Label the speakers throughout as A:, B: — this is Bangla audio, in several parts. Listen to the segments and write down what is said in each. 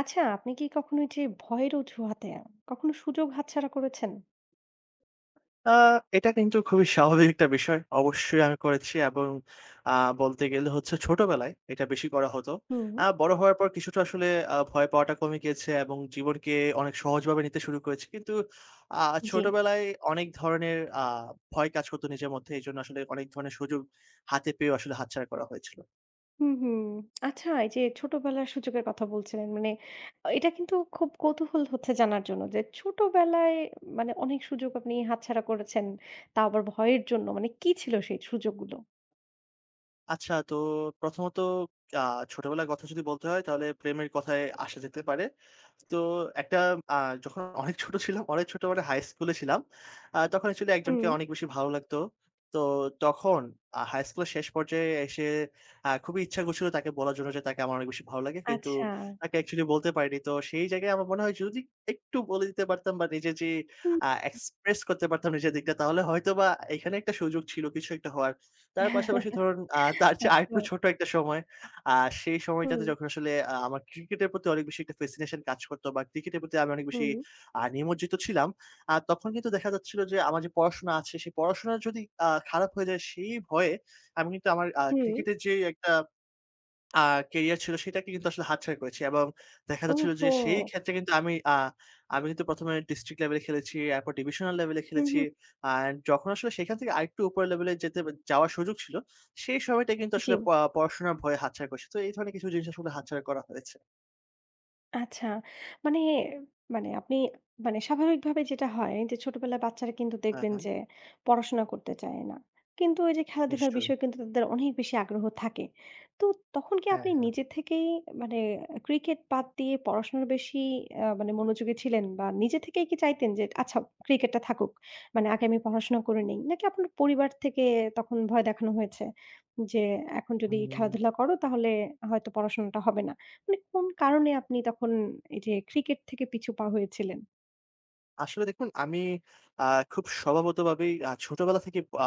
A: আচ্ছা, আপনি কি কখনো ওই যে ভয়ের অজুহাতে কখনো সুযোগ হাতছাড়া করেছেন?
B: আ এটা কিন্তু খুবই স্বাভাবিক একটা বিষয়। অবশ্যই আমি করেছি, এবং আ বলতে গেলে হচ্ছে ছোটবেলায় এটা বেশি করা হতো।
A: হুম।
B: বড় হওয়ার পর কিছুটা আসলে ভয় পাওয়াটা কমে গিয়েছে এবং জীবনকে অনেক সহজভাবে নিতে শুরু করেছি। কিন্তু আ
A: জি।
B: ছোটবেলায় অনেক ধরনের ভয় কাজ করতো নিজের মধ্যে। এজন্য আসলে অনেক ধরনের সুযোগ হাতে পেয়েও আসলে হাতছাড়া করা হয়েছিল।
A: হুম, হুম। আচ্ছা, এই যে ছোটবেলার সুযোগের কথা বলছিলেন মানে এটা কিন্তু খুব কৌতূহল হচ্ছে জানার জন্য যে ছোটবেলায় মানে অনেক সুযোগ আপনি হাতছাড়া করেছেন। তাও আবার ভয়ের জন্য মানে কি ছিল সেই সুযোগগুলো?
B: আচ্ছা, তো প্রথমত, আ ছোটবেলার কথা যদি বলতে হয় তাহলে প্রেমের কথায় আসা যেতে পারে। তো একটা আ যখন অনেক ছোট ছিলাম, অনেক ছোট মানে হাই স্কুলে ছিলাম। তখন অ্যাকচুয়ালি একজনকে
A: হুম।
B: অনেক বেশি ভালো লাগতো। তো তখন হাই স্কুলের শেষ পর্যায়ে এসে খুবই ইচ্ছা করছিল তাকে বলার জন্য যে তাকে আমার অনেক বেশি ভালো লাগে। কিন্তু
A: আচ্ছা।
B: তাকে অ্যাকচুয়ালি বলতে পারিনি। তো সেই জায়গায় আমার মনে হয়, যদি একটু বলে দিতে পারতাম বা নিজে যে
A: হুম।
B: এক্সপ্রেস করতে পারতাম নিজের দিকটা, তাহলে হয়তোবা এখানে একটা সুযোগ ছিল কিছু একটা হওয়ার। তার পাশাপাশি ধরুন, তার চেয়ে
A: আচ্ছা।
B: আরেকটু ছোট একটা সময়, আ সেই
A: হুম,
B: সময়টাতে যখন আসলে আমার ক্রিকেটের প্রতি অনেক বেশি একটা ফ্যাসিনেশন কাজ করতো বা ক্রিকেটের প্রতি আমি অনেক বেশি
A: হুম।
B: নিমজ্জিত ছিলাম। তখন কিন্তু দেখা যাচ্ছিল যে আমার যে পড়াশোনা আছে সেই পড়াশোনা যদি খারাপ হয়ে যায় সেই ভয়ে আমি কিন্তু আমার
A: হুম, হুম।
B: ক্রিকেটের যে একটা আ কেরিয়ার ছিল সেটাকে কিন্তু আসলে হাতছাড়া করেছি, এবং দেখা যাচ্ছিল যে
A: ওহো!
B: সেই ক্ষেত্রে কিন্তু আমি কিন্তু ১ম এ ডিস্ট্রিক্ট লেভেলে খেলেছি, এরপর ডিভিশনাল লেভেলে
A: হুম,
B: খেলেছি।
A: হুম।
B: অ্যান্ড যখন আসলে সেখান থেকে আরেকটু উপরের লেভেলে যাওয়ার সুযোগ ছিল, সেই সময়টা কিন্তু
A: জি।
B: আসলে পড়াশোনার ভয়ে হাতছাড়া করেছি। তো এই ধরনের কিছু জিনিস আসলে হাতছাড়া করা হয়েছে।
A: আচ্ছা। মানে মানে আপনি মানে স্বাভাবিকভাবে যেটা হয় যে ছোটবেলায় বাচ্চারা কিন্তু
B: হ্যাঁ,
A: দেখবেন
B: হ্যাঁ,
A: যে পড়াশোনা করতে চায় না। কিন্তু ওই যে খেলাধুলার
B: নিশ্চয়ই।
A: বিষয়ে কিন্তু তাদের অনেক বেশি আগ্রহ থাকে। তো তখন কি
B: হ্যাঁ,
A: আপনি
B: হ্যাঁ।
A: নিজে থেকেই মানে ক্রিকেট বাদ দিয়ে পড়াশোনার বেশি মানে মনোযোগী ছিলেন বা নিজে থেকেই কি চাইতেন যে আচ্ছা ক্রিকেটটা থাকুক। মানে আগে আমি পড়াশোনা করে নেই। নাকি আপনার পরিবার থেকে তখন ভয় দেখানো হয়েছে যে এখন যদি
B: হুম।
A: খেলাধুলা করো তাহলে হয়তো পড়াশোনাটা হবে না? মানে কোন কারণে আপনি তখন এই যে ক্রিকেট থেকে পিছুপা হয়েছিলেন?
B: আসলে দেখুন, আমি আ খুব স্বভাবতভাবেই ছোটবেলা থেকে আ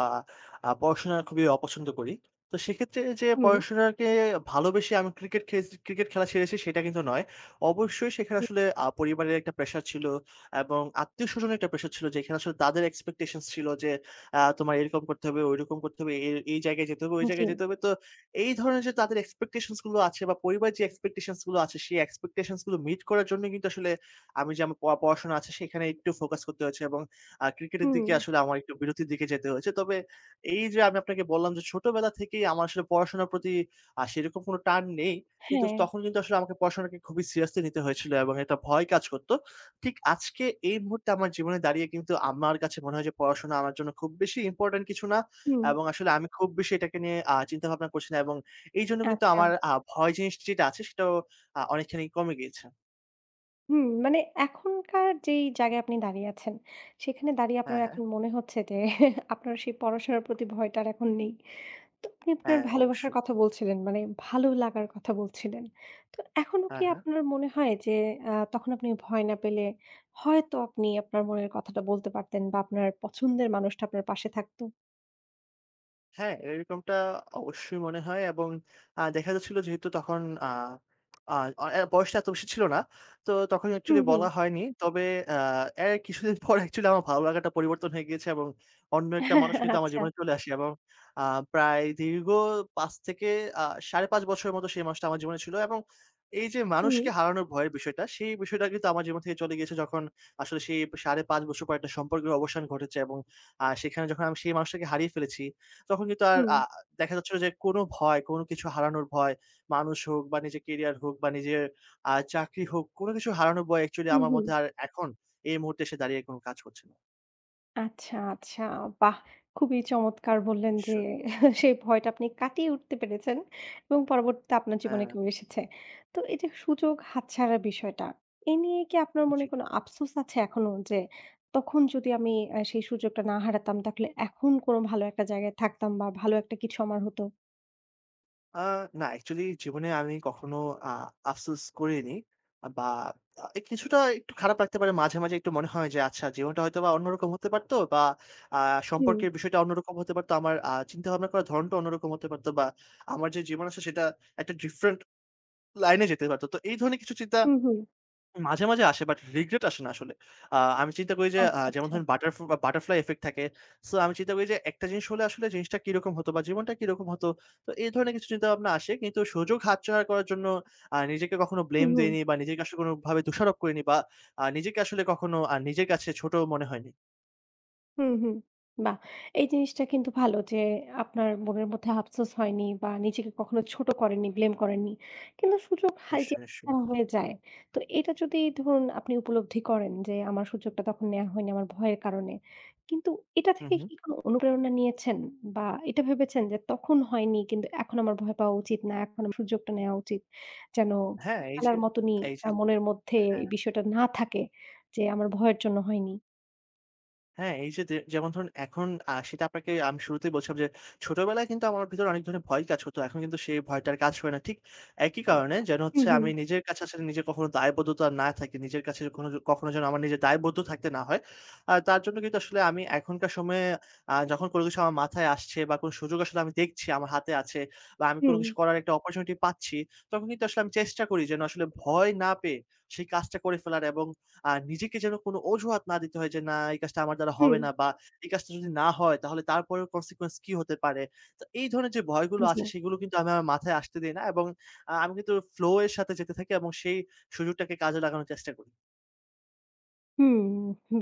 B: আ পড়াশোনা খুবই অপছন্দ করি। তো সেক্ষেত্রে যে
A: হুম, হুম।
B: পড়াশোনাকে ভালোবেসে আমি ক্রিকেট খেলছি, ক্রিকেট খেলা ছেড়েছি সেটা কিন্তু নয়। অবশ্যই সেখানে আসলে পরিবারের একটা প্রেশার ছিল এবং আত্মীয়স্বজনের একটা প্রেশার ছিল, যেখানে আসলে তাদের expectations ছিল যে তোমার এরকম করতে হবে, ঐরকম করতে হবে, এই জায়গায় যেতে হবে, ওই
A: জি,
B: জায়গায় যেতে হবে। তো এই ধরনের যে তাদের expectations গুলো আছে বা পরিবারের যে expectations গুলো আছে, সেই expectations গুলো মিট করার জন্য কিন্তু আসলে আমি যে আমার পড়াশোনা আছে সেখানে একটু ফোকাস করতে হয়েছে, এবং ক্রিকেটের দিকে
A: হুম,
B: আসলে আমার একটু বিরতির দিকে যেতে হয়েছে। তবে এই যে আমি আপনাকে বললাম, যে ছোটবেলা থেকেই আমার আসলে পড়াশোনার প্রতি সেরকম কোনো টান নেই। কিন্তু
A: হ্যাঁ,
B: তখন কিন্তু আসলে আমাকে পড়াশোনাকে খুবই সিরিয়াসলি নিতে হয়েছিল এবং একটা ভয় কাজ করত। ঠিক আজকে এই মুহূর্তে আমার জীবনে দাঁড়িয়ে কিন্তু আমার কাছে মনে হয় যে পড়াশোনা আমার জন্য খুব বেশি ইম্পোর্টেন্ট কিছু না,
A: হুম,
B: এবং আসলে আমি খুব বেশি এটাকে নিয়ে চিন্তাভাবনা করছি না, এবং এইজন্য কিন্তু
A: আচ্ছা,
B: আমার ভয় জিনিস যেটা আছে সেটাও অনেকখানি কমে গিয়েছে।
A: হুম, মানে এখনকার যেই জায়গায় আপনি দাঁড়িয়ে আছেন, সেখানে দাঁড়িয়ে
B: হ্যাঁ,
A: আপনার
B: হ্যাঁ।
A: এখন মনে হচ্ছে যে আপনার সেই পড়াশোনার প্রতি ভয়টা আর এখন নেই। তো আপনি আপনার
B: হ্যাঁ,
A: ভালোবাসার
B: অবশ্যই।
A: কথা বলছিলেন, মানে ভালো লাগার কথা বলছিলেন। তো এখনো
B: হ্যাঁ,
A: কি
B: হ্যাঁ।
A: আপনার মনে হয় যে তখন আপনি ভয় না পেলে হয়তো আপনি আপনার মনের কথাটা বলতে পারতেন বা আপনার পছন্দের মানুষটা আপনার পাশে থাকতো?
B: হ্যাঁ, এরকমটা অবশ্যই মনে হয়, এবং দেখা যাচ্ছিল যেহেতু তখন আ আ অ বয়সটা এত বেশি ছিল না। তো তখন
A: হুম,
B: অ্যাকচুয়ালি
A: হুম।
B: বলা হয়নি। তবে আ এর কিছুদিন পর অ্যাকচুয়ালি আমার ভালো লাগাটা পরিবর্তন হয়ে গিয়েছে, এবং অন্য একটা মানুষ কিন্তু আমার
A: আচ্ছা।
B: জীবনে চলে আসে, এবং আ প্রায় দীর্ঘ ৫ থেকে আ ৫.৫ বছরের মতো সেই মানুষটা আমার জীবনে ছিল। এবং এই যে
A: হুম,
B: মানুষকে হারানোর ভয়ের বিষয়টা, সেই বিষয়টা কিন্তু আমার জীবন থেকে চলে গিয়েছে যখন আসলে সেই ৫.৫ বছর পর একটা সম্পর্কের অবসান ঘটেছে, এবং সেখানে যখন আমি সেই মানুষটাকে হারিয়ে ফেলেছি তখন কিন্তু আর
A: হুম,
B: দেখা যাচ্ছিল যে কোনো ভয়, কোনো কিছু হারানোর ভয়, মানুষ হোক বা নিজের কেরিয়ার হোক বা নিজের চাকরি হোক, কোনো কিছু হারানোর ভয় actually
A: হুম,
B: আমার
A: হুম।
B: মধ্যে আর এখন এই মুহূর্তে এসে দাঁড়িয়ে কোনো কাজ করছে না।
A: আচ্ছা, আচ্ছা। বাহ! খুবই চমৎকার বললেন যে
B: অবশ্যই।
A: সেই ভয়টা আপনি কাটিয়ে উঠতে পেরেছেন এবং পরবর্তীতে আপনার জীবনে
B: হ্যাঁ,
A: কেউ এসেছে। তো এই যে সুযোগ হাতছাড়ার বিষয়টা, এ নিয়ে কি আপনার মনে
B: জি।
A: কোনো আফসোস আছে এখনো যে তখন যদি আমি সেই সুযোগটা না হারাতাম তাহলে এখন কোনো ভালো একটা জায়গায় থাকতাম বা ভালো একটা কিছু আমার হতো?
B: আ না actually জীবনে আমি কখনো আ আফসোস করিনি, বা আ কিছুটা একটু খারাপ লাগতে পারে। মাঝে, মাঝে একটু মনে হয় যে আচ্ছা জীবনটা হয়তোবা অন্যরকম হতে পারতো, বা আ
A: হুম,
B: সম্পর্কের বিষয়টা অন্যরকম হতে পারতো। আমার চিন্তাভাবনা করার ধরনটা অন্যরকম হতে পারতো, বা আমার যে জীবন আছে সেটা একটা ডিফরেন্ট লাইনে যেতে পারত। তো এই ধরনের কিছু চিন্তা
A: হুম, হুম।
B: মাঝে, মাঝে আসে, বাট রিগ্রেট আসে না আসলে। আমি চিন্তা করি যে
A: আচ্ছা,
B: যেমন
A: আচ্ছা।
B: ধরেন, বাটারফ্লাই ইফেক্ট থাকে। সো আমি চিন্তা করি যে একটা জিনিস হলে আসলে জিনিসটা কিরকম হতো, বা জীবনটা কিরকম হতো। তো এই ধরনের কিছু চিন্তাভাবনা আসে। কিন্তু সুযোগ হাতছাড়া করার জন্য নিজেকে কখনো ব্লেম
A: হুম, হুম।
B: দেইনি, বা নিজেকে আসলে কোনভাবে দোষারোপ করিনি, বা নিজেকে আসলে কখনো নিজের কাছে ছোট মনে হয়নি।
A: হুম, হুম। বাহ! এই জিনিসটা কিন্তু ভালো যে আপনার মনের মধ্যে আফসোস হয়নি বা নিজেকে কখনো ছোট করেননি, ব্লেম করেননি। কিন্তু সুযোগ
B: নিশ্চয়ই, নিশ্চয়ই।
A: হাতছাড়া হয়ে যায়। তো এটা যদি ধরুন আপনি উপলব্ধি করেন যে আমার সুযোগটা তখন নেয়া হয়নি আমার ভয়ের কারণে। কিন্তু এটা
B: হু,
A: থেকে
B: হু।
A: কি কোনো অনুপ্রেরণা নিয়েছেন? বা এটা ভেবেছেন যে তখন হয়নি কিন্তু এখন আমার ভয় পাওয়া উচিত না, এখন আমার সুযোগটা নেওয়া উচিত। যেন
B: হ্যাঁ, এই যে
A: ছোটবেলার মতনই
B: এই যে
A: মনের মধ্যে এই
B: হ্যাঁ।
A: বিষয়টা না থাকে যে আমার ভয়ের জন্য হয়নি।
B: হ্যাঁ, এই যে যে যেমন ধরুন এখন, সেটা আপনাকে আমি শুরুতেই বলছিলাম যে ছোটবেলায় কিন্তু আমার ভিতরে অনেক ধরনের ভয় কাজ হতো। এখন কিন্তু সেই ভয়টা আর কাজ হয় না। ঠিক একই কারণে যেন
A: হুম,
B: হচ্ছে
A: হুম,
B: আমি নিজের কাছে আসলে নিজের কখনো দায়বদ্ধতা না থাকে। নিজের কাছে কখনো কখনো যেন আমার নিজের দায়বদ্ধ থাকতে না হয়। আর তার জন্য কিন্তু আসলে আমি এখনকার সময়ে, যখন কোনো কিছু আমার মাথায় আসছে বা কোনো সুযোগ আসলে আমি দেখছি আমার হাতে আছে বা আমি কোনো
A: হুম।
B: কিছু করার একটা অপরচুনিটি পাচ্ছি, তখন কিন্তু আসলে আমি চেষ্টা করি যেন আসলে ভয় না পেয়ে সেই কাজটা করে ফেলার, এবং আর নিজেকে যেন কোনো অজুহাত না দিতে হয় যে, "না, এই কাজটা আমার দ্বারা
A: হুম,
B: হবে না" বা "এই কাজটা যদি না হয় তাহলে তারপরের consequence কি হতে পারে?" তো এই ধরনের যে ভয়গুলো
A: জি।
B: আছে সেগুলো কিন্তু আমি আমার মাথায় আসতে দেই না, এবং আমি কিন্তু flow এর সাথে যেতে থাকি এবং সেই সুযোগটাকে কাজে লাগানোর চেষ্টা করি।
A: হুম,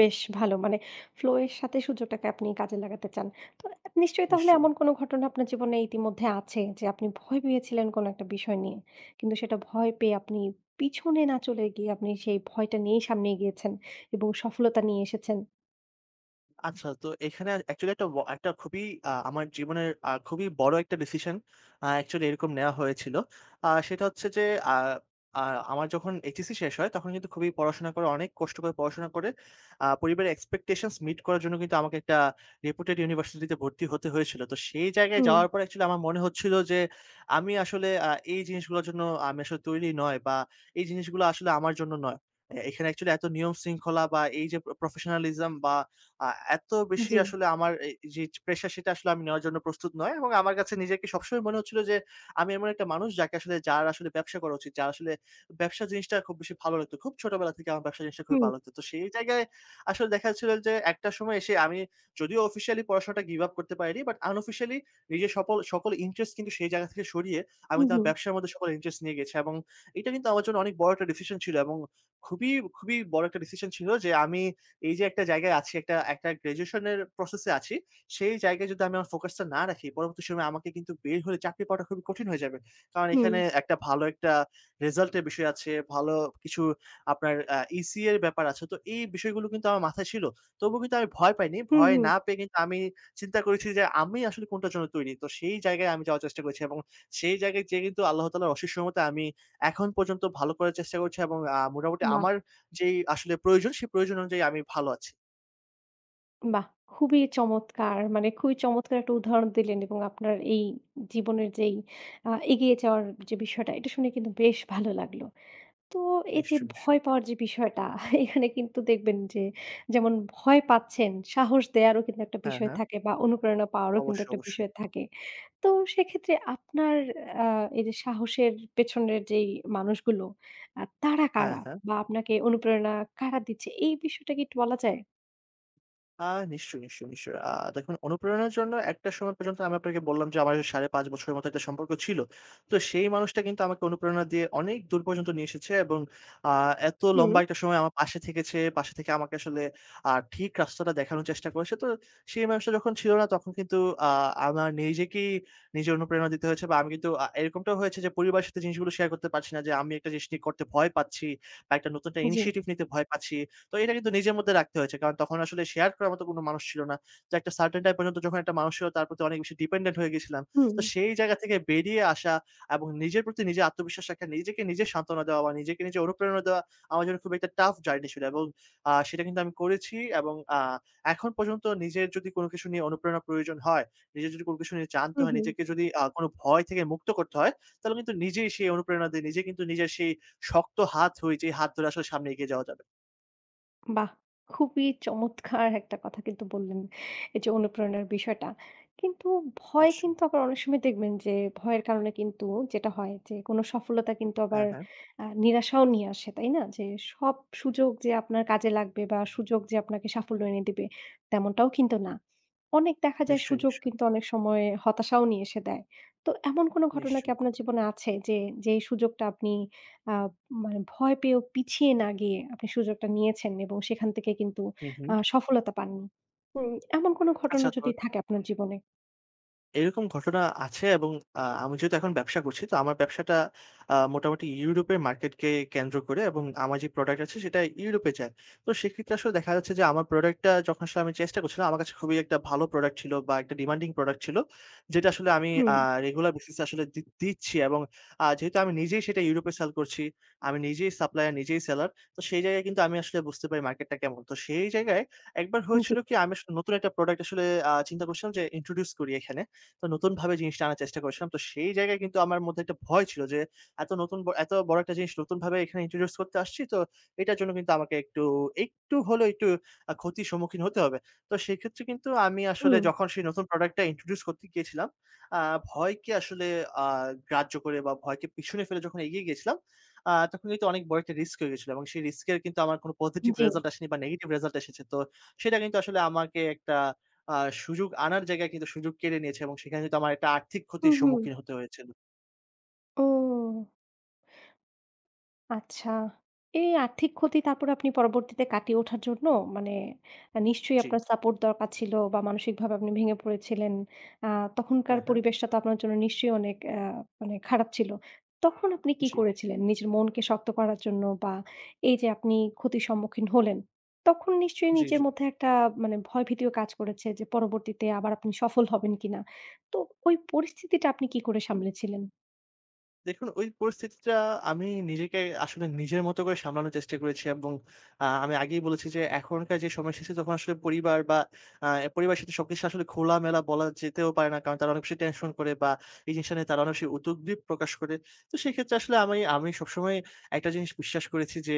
A: বেশ ভালো। মানে flow এর সাথে সুযোগটাকে আপনি কাজে লাগাতে চান। তো নিশ্চয়ই তাহলে
B: নিশ্চয়ই।
A: এমন কোনো ঘটনা আপনার জীবনে ইতিমধ্যে আছে যে আপনি ভয় পেয়েছিলেন কোনো একটা বিষয় নিয়ে। কিন্তু সেটা ভয় পেয়ে আপনি পিছনে না চলে গিয়ে আপনি সেই ভয়টা নিয়েই সামনে এগিয়েছেন এবং সফলতা নিয়ে এসেছেন।
B: আচ্ছা, তো এখানে অ্যাকচুয়ালি একটা একটা খুবই, আমার জীবনের খুবই বড় একটা ডিসিশন অ্যাকচুয়ালি এরকম নেওয়া হয়েছিল। সেটা হচ্ছে যে আ আ আমার যখন এইচএসসি শেষ হয় তখন কিন্তু খুবই পড়াশোনা করে, অনেক কষ্ট করে পড়াশোনা করে, পরিবারের এক্সপেকটেশনস মিট করার জন্য কিন্তু আমাকে একটা রেপুটেড ইউনিভার্সিটিতে ভর্তি হতে হয়েছিল। তো সেই জায়গায়
A: হুম,
B: যাওয়ার পর অ্যাকচুয়ালি আমার মনে হচ্ছিল যে, আমি আসলে এই জিনিসগুলোর জন্য আমি আসলে তৈরি নয়, বা এই জিনিসগুলো আসলে আমার জন্য নয়। এখানে অ্যাকচুয়ালি এত নিয়ম শৃঙ্খলা বা এই যে প্রফেশনালিজম বা আ এত বেশি
A: জি।
B: আসলে আমার এই যে প্রেশার সেটা আসলে আমি নেওয়ার জন্য প্রস্তুত নয়, এবং আমার কাছে নিজেকে সবসময় মনে হচ্ছিল যে আমি এমন একটা মানুষ যাকে আসলে যার আসলে ব্যবসা করা উচিত। যার আসলে ব্যবসা জিনিসটা খুব বেশি ভালো লাগতো। খুব ছোটবেলা থেকে আমার ব্যবসা জিনিসটা খুবই
A: হুম,
B: ভালো লাগতো। তো সেই জায়গায় আসলে দেখা যাচ্ছিল যে একটা সময় এসে আমি যদিও অফিসিয়ালি পড়াশোনাটা গিভ আপ করতে পারিনি, বাট আনঅফিসিয়ালি নিজের সকল সকল ইন্টারেস্ট কিন্তু সেই জায়গা থেকে সরিয়ে আমি
A: হু,
B: কিন্তু
A: হু,
B: আমার ব্যবসার মধ্যে সকল ইন্টারেস্ট নিয়ে গেছি, এবং এটা কিন্তু আমার জন্য অনেক বড় একটা ডিসিশন ছিল এবং খুবই, খুবই বড় একটা ডিসিশন ছিল যে আমি এই যে একটা জায়গায় আছি, একটা একটা গ্র্যাজুয়েশনের প্রসেসে আছি। সেই জায়গায় যদি আমি আমার ফোকাসটা না রাখি, পরবর্তী সময়ে আমাকে কিন্তু বের হলে চাকরি পাওয়াটা খুবই কঠিন হয়ে যাবে। কারণ
A: হুম,
B: এখানে একটা ভালো একটা রেজাল্টের বিষয় আছে, ভালো কিছু আপনার ইসি এর ব্যাপার আছে। তো এই বিষয়গুলো কিন্তু আমার মাথায় ছিল। তবুও কিন্তু আমি ভয় পাইনি।
A: হুম,
B: ভয়
A: হুম।
B: না পেয়ে কিন্তু আমি চিন্তা করেছি যে আমি আসলে কোনটার জন্য তৈরি। তো সেই জায়গায় আমি যাওয়ার চেষ্টা করেছি, এবং সেই জায়গায় যেয়ে কিন্তু আল্লাহ তাআলার অশেষ রহমতে আমি এখন পর্যন্ত ভালো করার চেষ্টা করছি, এবং মোটামুটি
A: বাহ!
B: আমার যেই আসলে প্রয়োজন, সেই প্রয়োজন অনুযায়ী আমি ভালো আছি।
A: বাহ! খুবই চমৎকার। মানে খুবই চমৎকার একটা উদাহরণ দিলেন এবং আপনার এই জীবনের যেই এগিয়ে যাওয়ার যে বিষয়টা, এটা শুনে কিন্তু বেশ ভালো লাগলো। তো এই যে
B: নিশ্চয়ই, নিশ্চয়ই।
A: ভয় পাওয়ার যে বিষয়টা, এখানে কিন্তু দেখবেন যে যেমন ভয় পাচ্ছেন, সাহস দেয়ারও কিন্তু একটা
B: হ্যাঁ,
A: বিষয়
B: হ্যাঁ।
A: থাকে বা অনুপ্রেরণা পাওয়ারও কিন্তু
B: অবশ্যই,
A: একটা
B: অবশ্যই।
A: বিষয় থাকে। তো সেক্ষেত্রে আপনার আ এই যে সাহসের পেছনের যেই মানুষগুলো, তারা
B: হ্যাঁ,
A: কারা?
B: হ্যাঁ।
A: বা আপনাকে অনুপ্রেরণা কারা দিচ্ছে? এই বিষয়টা কি একটু বলা যায়?
B: আ নিশ্চয়ই, নিশ্চয়ই, নিশ্চয়ই। দেখুন, অনুপ্রেরণার জন্য একটা সময় পর্যন্ত, আমি আপনাকে বললাম যে আমার ৫.৫ বছরের মতো একটা সম্পর্ক ছিল। তো সেই মানুষটা কিন্তু আমাকে অনুপ্রেরণা দিয়ে অনেক দূর পর্যন্ত নিয়ে এসেছে, এবং আ এত
A: হুম।
B: লম্বা একটা সময় আমার পাশে থেকেছে, পাশে থেকে আমাকে আসলে ঠিক রাস্তাটা দেখানোর চেষ্টা করেছে। তো সেই মানুষটা যখন ছিল না তখন কিন্তু আ আমার নিজেকেই নিজে অনুপ্রেরণা দিতে হয়েছে, বা আমি কিন্তু এরকমটাও হয়েছে যে পরিবারের সাথে জিনিসগুলো শেয়ার করতে পারছি না যে আমি একটা জিনিস নিয়ে করতে ভয় পাচ্ছি, বা একটা নতুন একটা
A: জি,
B: ইনিশিয়েটিভ নিতে ভয় পাচ্ছি। তো এটা কিন্তু নিজের মধ্যে রাখতে হয়েছে। কারণ তখন আসলে শেয়ার করার মতো কোনো মানুষ ছিল না। যে একটা সার্টেন টাইম পর্যন্ত যখন একটা মানুষ ছিল, তার প্রতি অনেক বেশি ডিপেন্ডেন্ট হয়ে গেছিলাম।
A: হুম।
B: তো সেই জায়গা থেকে বেরিয়ে আসা এবং নিজের প্রতি নিজে আত্মবিশ্বাস রাখা, নিজেকে নিজে সান্ত্বনা দেওয়া বা নিজেকে নিজে অনুপ্রেরণা দেওয়া আমার জন্য খুব একটা টাফ জার্নি ছিল, এবং সেটা কিন্তু আমি করেছি, এবং এখন পর্যন্ত নিজের যদি কোনো কিছু নিয়ে অনুপ্রেরণা প্রয়োজন হয়, নিজের যদি কোনো কিছু নিয়ে জানতে
A: হুম,
B: হয়,
A: হুম।
B: নিজেকে যদি কোনো ভয় থেকে মুক্ত করতে হয়, তাহলে কিন্তু নিজেই সেই অনুপ্রেরণা দেই। নিজে কিন্তু নিজের সেই শক্ত হাত হই, যে হাত ধরে আসলে সামনে এগিয়ে যাওয়া যাবে।
A: বাহ! খুবই চমৎকার একটা কথা কিন্তু বললেন। এই যে অনুপ্রেরণার বিষয়টা। কিন্তু ভয়
B: নিশ্চয়ই।
A: কিন্তু আবার অনেক সময় দেখবেন যে ভয়ের কারণে কিন্তু যেটা হয় যে কোনো সফলতা কিন্তু আবার
B: হ্যাঁ, হ্যাঁ।
A: নিরাশাও নিয়ে আসে, তাই না? যে সব সুযোগ যে আপনার কাজে লাগবে বা সুযোগ যে আপনাকে সাফল্য এনে দিবে তেমনটাও কিন্তু না। অনেক দেখা যায়
B: নিশ্চয়ই,
A: সুযোগ
B: নিশ্চয়ই,
A: কিন্তু অনেক সময় হতাশাও নিয়ে এসে দেয়। তো এমন কোনো ঘটনা কি
B: নিশ্চয়ই।
A: আপনার জীবনে আছে যে যেই সুযোগটা আপনি আ মানে ভয় পেয়েও পিছিয়ে না গিয়ে আপনি সুযোগটা নিয়েছেন এবং সেখান থেকে কিন্তু
B: হু, হু।
A: সফলতা পাননি। হুম, এমন কোনো ঘটনা
B: আচ্ছা, তো
A: যদি থাকে আপনার জীবনে?
B: এরকম ঘটনা আছে, এবং আমি যেহেতু এখন ব্যবসা করছি, তো আমার ব্যবসাটা মোটামুটি ইউরোপের মার্কেটকে কেন্দ্র করে, এবং আমার যে প্রোডাক্ট আছে সেটা ইউরোপে যায়। তো সেক্ষেত্রে আসলে দেখা যাচ্ছে যে আমার প্রোডাক্টটা যখন আসলে আমি চেষ্টা করছিলাম, আমার কাছে খুবই একটা ভালো প্রোডাক্ট ছিল বা একটা ডিমান্ডিং প্রোডাক্ট ছিল। যেটা আসলে আমি
A: হুম,
B: রেগুলার বেসিস এ আসলে দিচ্ছি এবং যেহেতু আমি নিজেই সেটা ইউরোপে সেল করছি, আমি নিজেই সাপ্লায়ার, নিজেই সেলার। তো সেই জায়গায় কিন্তু আমি আসলে বুঝতে পারি মার্কেটটা কেমন। তো সেই জায়গায় একবার
A: জি,
B: হয়েছিল কি, আমি আসলে নতুন একটা প্রোডাক্ট আসলে চিন্তা করছিলাম যে ইন্ট্রোডিউস করি এখানে। তো নতুনভাবে জিনিসটা আনার চেষ্টা করেছিলাম। তো সেই জায়গায় কিন্তু আমার মধ্যে একটা ভয় ছিল যে এত বড় একটা জিনিস নতুনভাবে এখানে introduce করতে আসছি। তো এটার জন্য কিন্তু আমাকে একটু, একটু হলেও একটু ক্ষতির সম্মুখীন হতে হবে। তো সেক্ষেত্রে কিন্তু আমি আসলে
A: হুম,
B: যখন সেই নতুন প্রোডাক্টটা introduce করতে গিয়েছিলাম, আ ভয়কে আসলে আ গ্রাহ্য করে বা ভয়কে পিছনে ফেলে যখন এগিয়ে গিয়েছিলাম, তখন কিন্তু অনেক বড় একটা রিস্ক হয়ে গেছিল এবং সেই রিস্কের কিন্তু আমার কোনো পজিটিভ
A: জি,
B: রেজাল্ট আসেনি বা নেগেটিভ রেজাল্ট এসেছে। তো সেটা কিন্তু আসলে আমাকে একটা আ সুযোগ আনার জায়গায় কিন্তু সুযোগ কেড়ে নিয়েছে এবং সেখানে কিন্তু আমার একটা আর্থিক ক্ষতির
A: হুম, হুম।
B: সম্মুখীন হতে হয়েছিল।
A: ও! আচ্ছা। এই আর্থিক ক্ষতি তারপরে আপনি পরবর্তীতে কাটিয়ে ওঠার জন্য মানে নিশ্চয়ই
B: জি।
A: আপনার সাপোর্ট দরকার ছিল বা মানসিকভাবে আপনি ভেঙে পড়েছিলেন। আ তখনকার
B: হ্যাঁ, হ্যাঁ।
A: পরিবেশটা তো আপনার জন্য নিশ্চয়ই অনেক মানে খারাপ ছিল। তখন আপনি কি
B: জি,
A: করেছিলেন? নিজের মনকে শক্ত করার জন্য বা এই যে আপনি ক্ষতির সম্মুখীন হলেন, তখন নিশ্চয়ই
B: জি,
A: নিজের
B: জি।
A: মধ্যে একটা মানে ভয়-ভীতিও কাজ করেছে যে পরবর্তীতে আবার আপনি সফল হবেন কিনা? তো ওই পরিস্থিতিটা আপনি কি করে সামলেছিলেন?
B: দেখুন, ওই পরিস্থিতিটা আমি নিজেকে আসলে নিজের মতো করে সামলানোর চেষ্টা করেছি এবং আমি আগেই বলেছি যে এখনকার যে সময় এসেছে তখন আসলে পরিবার বা আ পরিবারের সাথে সবকিছু আসলে খোলামেলা বলা যেতেও পারে না। কারণ তারা অনেক বেশি টেনশন করে বা এই জিনিসটা নিয়ে তারা অনেক বেশি উদ্বেগ প্রকাশ করে। তো সেক্ষেত্রে আসলে আমি আমি সবসময় একটা জিনিস বিশ্বাস করেছি যে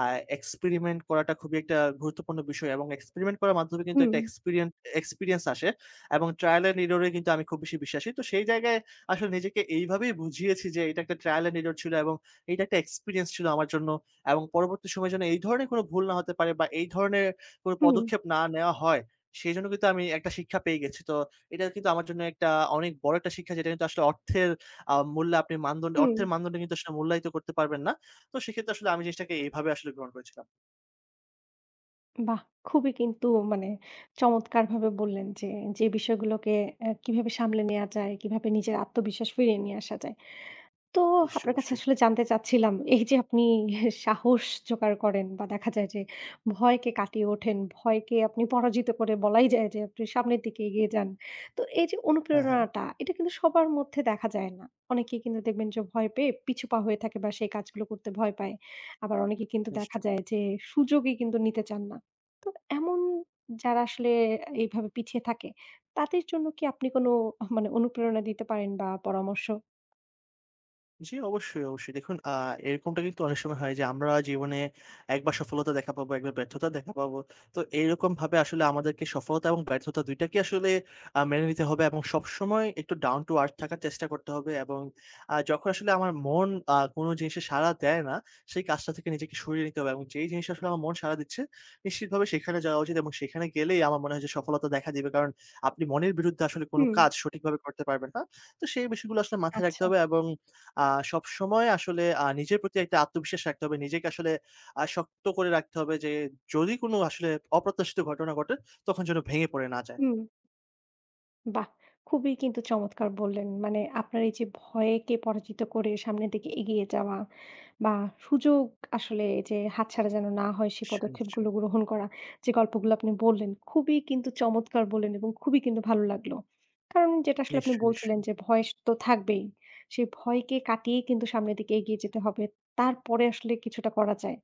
B: আ এক্সপেরিমেন্ট করাটা খুবই একটা গুরুত্বপূর্ণ বিষয় এবং এক্সপেরিমেন্ট করার মাধ্যমে কিন্তু
A: হুম,
B: একটা এক্সপেরিয়েন্স আসে এবং ট্রায়াল অ্যান্ড এরর এ কিন্তু আমি খুব বেশি বিশ্বাসী। তো সেই জায়গায় আসলে নিজেকে এইভাবেই বুঝিয়েছি যে এটা একটা ট্রায়াল এন্ড এরর ছিল এবং এটা একটা এক্সপেরিয়েন্স ছিল আমার জন্য এবং পরবর্তী সময়ে যেন এই ধরনের কোনো ভুল না হতে পারে বা এই ধরনের কোনো
A: হুম,
B: পদক্ষেপ না নেওয়া হয়, সেজন্য কিন্তু আমি একটা শিক্ষা পেয়ে গেছি। তো এটা কিন্তু আমার জন্য একটা অনেক বড় একটা শিক্ষা, যেটা কিন্তু আসলে অর্থের মূল্যে আপনি
A: হুম।
B: অর্থের মানদণ্ডে কিন্তু আসলে মূল্যায়িত করতে পারবেন না। তো সেক্ষেত্রে আসলে আমি জিনিসটাকে এভাবে আসলে গ্রহণ করেছিলাম।
A: বাহ! খুবই কিন্তু মানে চমৎকারভাবে বললেন যে, যে বিষয়গুলোকে অ্যা কিভাবে সামলে নেয়া যায়, কিভাবে নিজের আত্মবিশ্বাস ফিরিয়ে নিয়ে আসা যায়। তো
B: নিশ্চয়ই,
A: আপনার কাছে
B: নিশ্চয়ই।
A: আসলে জানতে চাচ্ছিলাম, এই যে আপনি সাহস জোগাড় করেন বা দেখা যায় যে ভয়কে কাটিয়ে ওঠেন, ভয়কে আপনি পরাজিত করে বলাই যায় যে আপনি সামনের দিকে এগিয়ে যান। তো এই যে
B: হ্যাঁ, হ্যাঁ।
A: অনুপ্রেরণাটা এটা কিন্তু সবার মধ্যে দেখা যায় না। অনেকেই কিন্তু দেখবেন যে ভয় পেয়ে পিছু পা হয়ে থাকে বা সেই কাজগুলো করতে ভয় পায়। আবার অনেকে কিন্তু দেখা
B: নিশ্চয়ই।
A: যায় যে সুযোগই কিন্তু নিতে চান না। তো এমন যারা আসলে এইভাবে পিছিয়ে থাকে তাদের জন্য কি আপনি কোনো মানে অনুপ্রেরণা দিতে পারেন বা পরামর্শ?
B: জি, অবশ্যই, অবশ্যই। দেখুন, এরকমটা কিন্তু অনেক সময় হয় যে আমরা জীবনে একবার সফলতা দেখা পাবো, একবার ব্যর্থতা দেখা পাবো। তো এরকমভাবে আসলে আমাদেরকে সফলতা এবং ব্যর্থতা ২ টাকেই আসলে মেনে নিতে হবে এবং সবসময় একটু down to earth থাকার চেষ্টা করতে হবে এবং যখন আসলে আমার মন কোনো জিনিসে সাড়া দেয় না, সেই কাজটা থেকে নিজেকে সরিয়ে নিতে হবে এবং যেই জিনিসে আসলে আমার মন সাড়া দিচ্ছে, নিশ্চিতভাবে সেখানে যাওয়া উচিত এবং সেখানে গেলেই আমার মনে হয় যে সফলতা দেখা দিবে। কারণ আপনি মনের বিরুদ্ধে আসলে কোনো
A: হুম।
B: কাজ সঠিকভাবে করতে পারবেন না। তো সেই বিষয়গুলো আসলে মাথায় রাখতে
A: আচ্ছা।
B: হবে এবং আ সবসময় আসলে নিজের প্রতি একটা আত্মবিশ্বাস রাখতে হবে। নিজেকে আসলে শক্ত করে রাখতে হবে যে যদি কোনো আসলে অপ্রত্যাশিত ঘটনা ঘটে তখন যেন ভেঙে পড়ে না যায়।
A: হুম, বাহ! খুবই কিন্তু চমৎকার বললেন। মানে আপনার এই যে ভয়কে পরাজিত করে সামনের দিকে এগিয়ে যাওয়া বা সুযোগ আসলে যে হাতছাড়া যেন না হয় সেই
B: নিশ্চয়ই, নিশ্চয়ই।
A: পদক্ষেপগুলো গ্রহণ করা, যে গল্পগুলো আপনি বললেন খুবই কিন্তু চমৎকার বললেন এবং খুবই কিন্তু ভালো লাগলো। কারণ যেটা আসলে আপনি
B: নিশ্চয়ই,
A: বলছিলেন
B: নিশ্চয়ই।
A: যে ভয় তো থাকবেই। সেই ভয়কে কাটিয়ে কিন্তু সামনের দিকে এগিয়ে যেতে হবে। তারপরে আসলে কিছুটা করা যায়।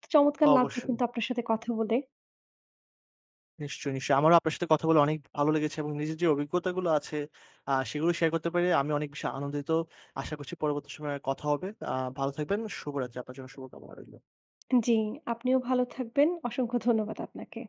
A: তো চমৎকার লাগলো
B: অবশ্যই।
A: কিন্তু আপনার সাথে কথা বলে।
B: নিশ্চয়ই, নিশ্চয়ই। আমারও আপনার সাথে কথা বলে অনেক ভালো লেগেছে এবং নিজের যে অভিজ্ঞতাগুলো আছে সেগুলো শেয়ার করতে পেরে আমি অনেক বেশি আনন্দিত। আশা করছি পরবর্তী সময়ে কথা হবে। ভালো থাকবেন। শুভরাত্রি। আপনার জন্য শুভকামনা রইল।
A: জি, আপনিও ভালো থাকবেন। অসংখ্য ধন্যবাদ আপনাকে।